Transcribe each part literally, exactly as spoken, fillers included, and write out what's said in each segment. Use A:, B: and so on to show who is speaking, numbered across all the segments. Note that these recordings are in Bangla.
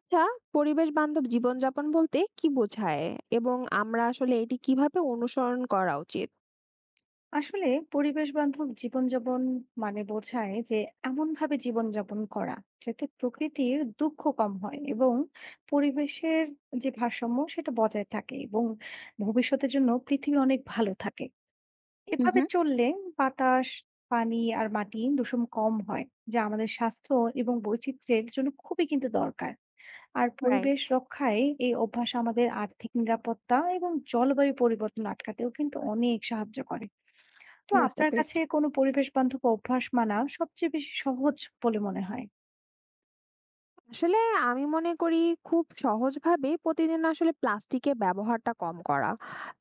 A: আচ্ছা, পরিবেশ বান্ধব জীবনযাপন বলতে কি বোঝায় এবং আমরা আসলে এটি কিভাবে অনুসরণ করা উচিত?
B: আসলে পরিবেশ বান্ধব জীবনযাপন মানে বোঝায় যে এমন ভাবে জীবনযাপন করা যাতে প্রকৃতির দুঃখ কম হয় এবং পরিবেশের যে ভারসাম্য সেটা বজায় থাকে এবং ভবিষ্যতের জন্য পৃথিবী অনেক ভালো থাকে
A: হুম
B: এভাবে
A: হুম।
B: চললে বাতাস পানি আর মাটি দূষণ কম হয়, যা আমাদের স্বাস্থ্য এবং বৈচিত্র্যের জন্য খুবই কিন্তু দরকার। আর
A: রাইট।
B: পরিবেশ রক্ষায় এই অভ্যাস আমাদের আর্থিক নিরাপত্তা এবং জলবায়ু পরিবর্তন আটকাতেও কিন্তু অনেক সাহায্য করে। তো
A: বুঝতে
B: আপনার কাছে
A: পেরেছি।
B: কোনো পরিবেশ বান্ধব অভ্যাস মানা সবচেয়ে বেশি সহজ বলে মনে হয়?
A: আসলে আমি মনে করি খুব সহজভাবে প্রতিদিন আসলে প্লাস্টিকের ব্যবহারটা কম করা।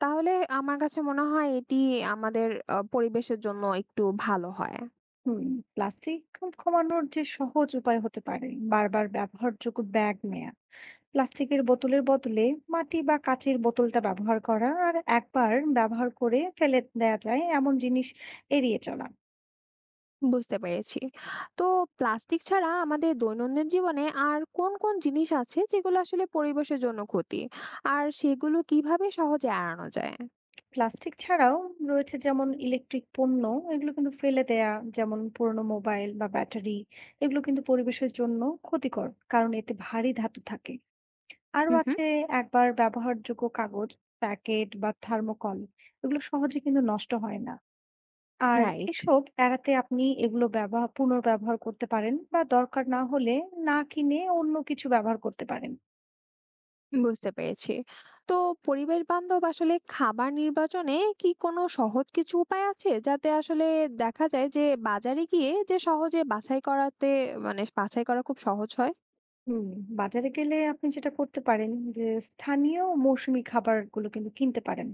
A: তাহলে আমার কাছে মনে হয় এটি আমাদের আহ, পরিবেশের জন্য একটু ভালো হয়।
B: হুম, প্লাস্টিক কমানোর যে সহজ উপায় হতে পারে, বারবার ব্যবহারযোগ্য ব্যাগ নেয়া, প্লাস্টিকের বোতলের বদলে মাটি বা কাঁচের বোতলটা ব্যবহার করা, আর একবার ব্যবহার করে ফেলে দেয়া যায় এমন জিনিস এড়িয়ে চলা।
A: বুঝতে পেরেছি। তো প্লাস্টিক ছাড়া আমাদের দৈনন্দিন জীবনে আর কোন কোন জিনিস আছে যেগুলো আসলে পরিবেশের জন্য ক্ষতি আর সেগুলো কিভাবে সহজে এড়ানো যায়?
B: প্লাস্টিক ছাড়াও রয়েছে যেমন ইলেকট্রিক পণ্য, এগুলো কিন্তু ফেলে দেয়া, যেমন পুরোনো মোবাইল বা ব্যাটারি, এগুলো কিন্তু পরিবেশের জন্য ক্ষতিকর। কারণ এতে ভারী ধাতু থাকে। আরো আছে একবার ব্যবহারযোগ্য কাগজ, প্যাকেট বা থার্মোকল, এগুলো সহজে কিন্তু নষ্ট হয় না। আর
A: রাইট।
B: এসব এড়াতে আপনি এগুলো ব্যবহার পুনর্ব্যবহার করতে পারেন, বা দরকার না হলে না কিনে অন্য কিছু ব্যবহার করতে পারেন।
A: বুঝতে পেরেছি। তো পরিবেশ বান্ধব আসলে খাবার নির্বাচনে কি কোনো সহজ কিছু উপায় আছে যাতে আসলে দেখা যায় যে বাজারে গিয়ে যে সহজে বাছাই করাতে মানে বাছাই করা খুব সহজ হয়।
B: হুম, বাজারে গেলে আপনি যেটা করতে পারেন যে স্থানীয় মৌসুমী খাবারগুলো কিন্তু কিনতে পারেন।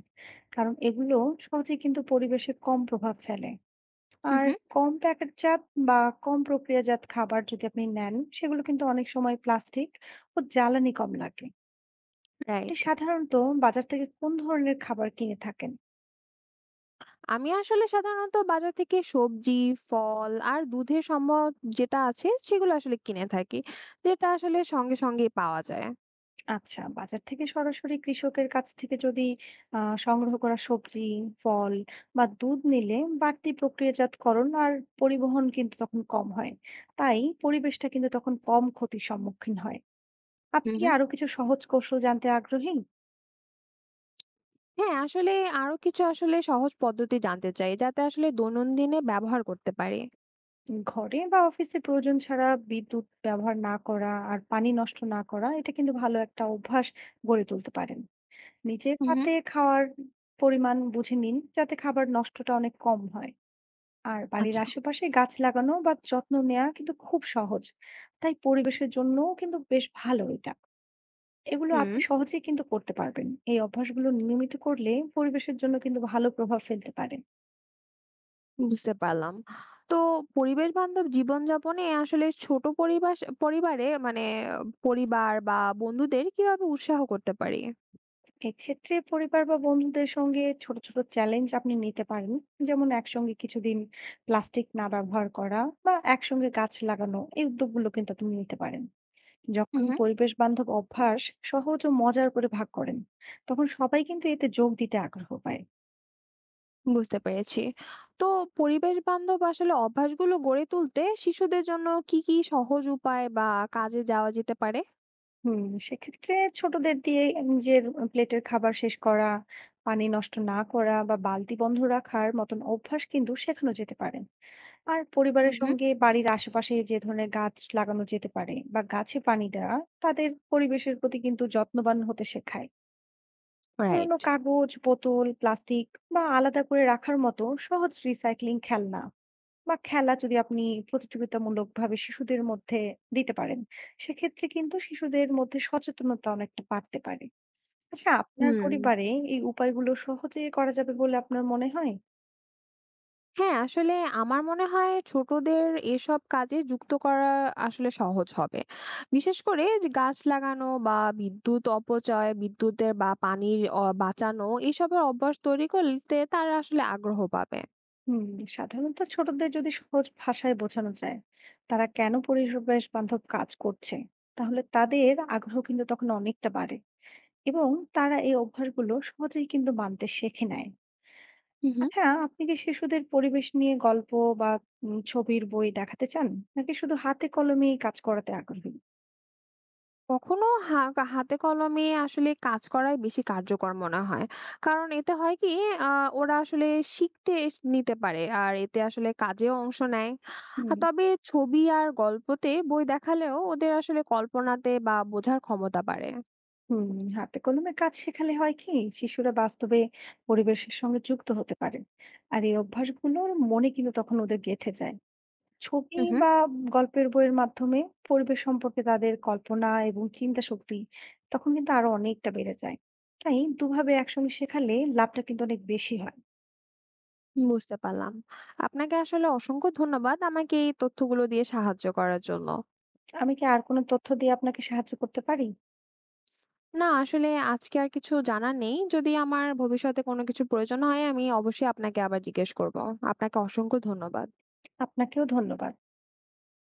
B: কারণ এগুলো সহজেই কিন্তু পরিবেশে কম প্রভাব ফেলে।
A: হুম
B: আর
A: হুম।
B: কম প্যাকেটজাত বা কম প্রক্রিয়াজাত খাবার যদি আপনি নেন সেগুলো কিন্তু অনেক সময় প্লাস্টিক ও জ্বালানি কম লাগে। আপনি
A: রাইট।
B: সাধারণত বাজার থেকে কোন ধরনের খাবার কিনে থাকেন?
A: আমি আসলে সাধারণত বাজার থেকে সবজি ফল আর দুধের সম্ভব যেটা আছে সেগুলো আসলে কিনে থাকি, যেটা আসলে সঙ্গে সঙ্গে পাওয়া যায়।
B: আচ্ছা, বাজার থেকে সরাসরি কৃষকের কাছ থেকে যদি আহ সংগ্রহ করা সবজি, ফল বা দুধ নিলে বাড়তি প্রক্রিয়াজাতকরণ আর পরিবহন কিন্তু তখন কম হয়, তাই পরিবেশটা কিন্তু তখন কম ক্ষতির সম্মুখীন হয়। আপনি
A: হুম
B: কি
A: হুম।
B: আরো কিছু সহজ কৌশল জানতে আগ্রহী?
A: হ্যাঁ, আসলে আরো কিছু আসলে সহজ পদ্ধতি জানতে চাই যাতে আসলে দৈনন্দিনে ব্যবহার করতে পারি।
B: ঘরে বা অফিসে প্রয়োজন ছাড়া বিদ্যুৎ ব্যবহার না করা আর পানি নষ্ট না করা, এটা কিন্তু ভালো একটা অভ্যাস গড়ে তুলতে পারেন। নিজের পাতে খাওয়ার পরিমাণ বুঝে নিন যাতে খাবার নষ্টটা অনেক কম হয়। আর বাড়ির
A: আচ্ছা।
B: আশেপাশে গাছ লাগানো বা যত্ন নেওয়া কিন্তু খুব সহজ, তাই পরিবেশের জন্যও কিন্তু বেশ ভালো এটা। এগুলো
A: হুম।
B: আপনি সহজেই কিন্তু করতে পারবেন, এই অভ্যাসগুলো নিয়মিত করলে পরিবেশের জন্য কিন্তু ভালো প্রভাব ফেলতে পারে।
A: বুঝতে পারলাম। তো পরিবেশ বান্ধব জীবনযাপনে আসলে ছোট পরিবাস পরিবারে মানে পরিবার বা বন্ধুদের কিভাবে উৎসাহ করতে পারি?
B: এক্ষেত্রে পরিবার বা বন্ধুদের সঙ্গে ছোট ছোট চ্যালেঞ্জ আপনি নিতে পারেন, যেমন একসঙ্গে কিছুদিন প্লাস্টিক না ব্যবহার করা বা একসঙ্গে গাছ লাগানো, এই উদ্যোগগুলো কিন্তু আপনি নিতে পারেন।
A: হু,
B: যখন
A: হু।
B: পরিবেশ বান্ধব অভ্যাস সহজ ও মজার করে ভাগ করেন তখন সবাই কিন্তু এতে যোগ দিতে আগ্রহ পায়।
A: বুঝতে পেরেছি। তো পরিবেশ বান্ধব আসলে অভ্যাসগুলো গড়ে তুলতে শিশুদের জন্য কি, কি সহজ উপায় বা কাজে যাওয়া যেতে পারে?
B: হুম, সেক্ষেত্রে ছোটদের দিয়ে নিজের প্লেটের খাবার শেষ করা, পানি নষ্ট না করা বা বালতি বন্ধ রাখার মতন অভ্যাস কিন্তু শেখানো যেতে পারে। আর
A: হু,
B: পরিবারের
A: হু।
B: সঙ্গে বাড়ির আশেপাশে যে ধরনের গাছ লাগানো যেতে পারে বা গাছে পানি দেওয়া, তাদের পরিবেশের প্রতি কিন্তু যত্নবান হতে শেখায়। পুরোনো
A: রাইট।
B: কাগজ, বোতল, প্লাস্টিক বা আলাদা করে রাখার মতো সহজ রিসাইক্লিং খেলনা বা খেলা যদি আপনি প্রতিযোগিতামূলকভাবে শিশুদের মধ্যে দিতে পারেন, সেক্ষেত্রে কিন্তু শিশুদের মধ্যে সচেতনতা অনেকটা বাড়তে পারে। আচ্ছা, আপনার
A: হুম।
B: পরিবারে এই উপায়গুলো সহজে করা যাবে বলে আপনার মনে হয়?
A: হ্যাঁ, আসলে আমার মনে হয় ছোটদের এসব কাজে যুক্ত করা আসলে সহজ হবে। বিশেষ করে যে গাছ লাগানো বা বিদ্যুৎ অপচয়, বিদ্যুতের বা পানির অ বাঁচানো এসবের অভ্যাস তৈরি করতে তারা আসলে আগ্রহ পাবে।
B: হুম, সাধারণত ছোটদের যদি সহজ ভাষায় বোঝানো যায় তারা কেন পরিবেশ বান্ধব কাজ করছে, তাহলে তাদের আগ্রহ কিন্তু তখন অনেকটা বাড়ে এবং তারা এই অভ্যাসগুলো সহজেই কিন্তু মানতে শেখে নেয়।
A: হুম।
B: আচ্ছা, আপনি কি শিশুদের পরিবেশ নিয়ে গল্প বা উম ছবির বই দেখাতে চান? নাকি শুধু হাতে কলমেই কাজ করাতে আগ্রহী?
A: কখনো হা হাতে কলমে আসলে কাজ করাই বেশি কার্যকর মনে হয়। কারণ এতে হয় কি আ ওরা আসলে শিখতে স নিতে পারে। আর এতে আসলে কাজেও অংশ নেয়। আ
B: হুম।
A: তবে ছবি আর গল্পতে বই দেখালেও ওদের আসলে কল্পনাতে বা বোঝার ক্ষমতা বাড়ে।
B: হুম, হাতে কলমে কাজ শেখালে হয় কি, শিশুরা বাস্তবে পরিবেশের সঙ্গে যুক্ত হতে পারে। আর এই অভ্যাসগুলোর মনে কিন্তু তখন ওদের গেঁথে যায়। ছবি
A: হুম, হুম।
B: বা গল্পের বইয়ের মাধ্যমে পরিবেশ সম্পর্কে তাদের কল্পনা এবং চিন্তা শক্তি তখন কিন্তু আরো অনেকটা বেড়ে যায়। তাই দুভাবে একসঙ্গে শেখালে লাভটা কিন্তু অনেক বেশি হয়।
A: বুঝতে পারলাম। আপনাকে আসলে অসংখ্য ধন্যবাদ আমাকে এই তথ্যগুলো দিয়ে সাহায্য করার জন্য।
B: আমি কি আর কোনো তথ্য দিয়ে আপনাকে সাহায্য করতে পারি?
A: না আসলে আজকে আর কিছু জানা নেই। যদি আমার ভবিষ্যতে কোনো কিছুর প্রয়োজন হয় আমি অবশ্যই আপনাকে আবার জিজ্ঞেস করব। আপনাকে অসংখ্য ধন্যবাদ।
B: আপনাকেও ধন্যবাদ।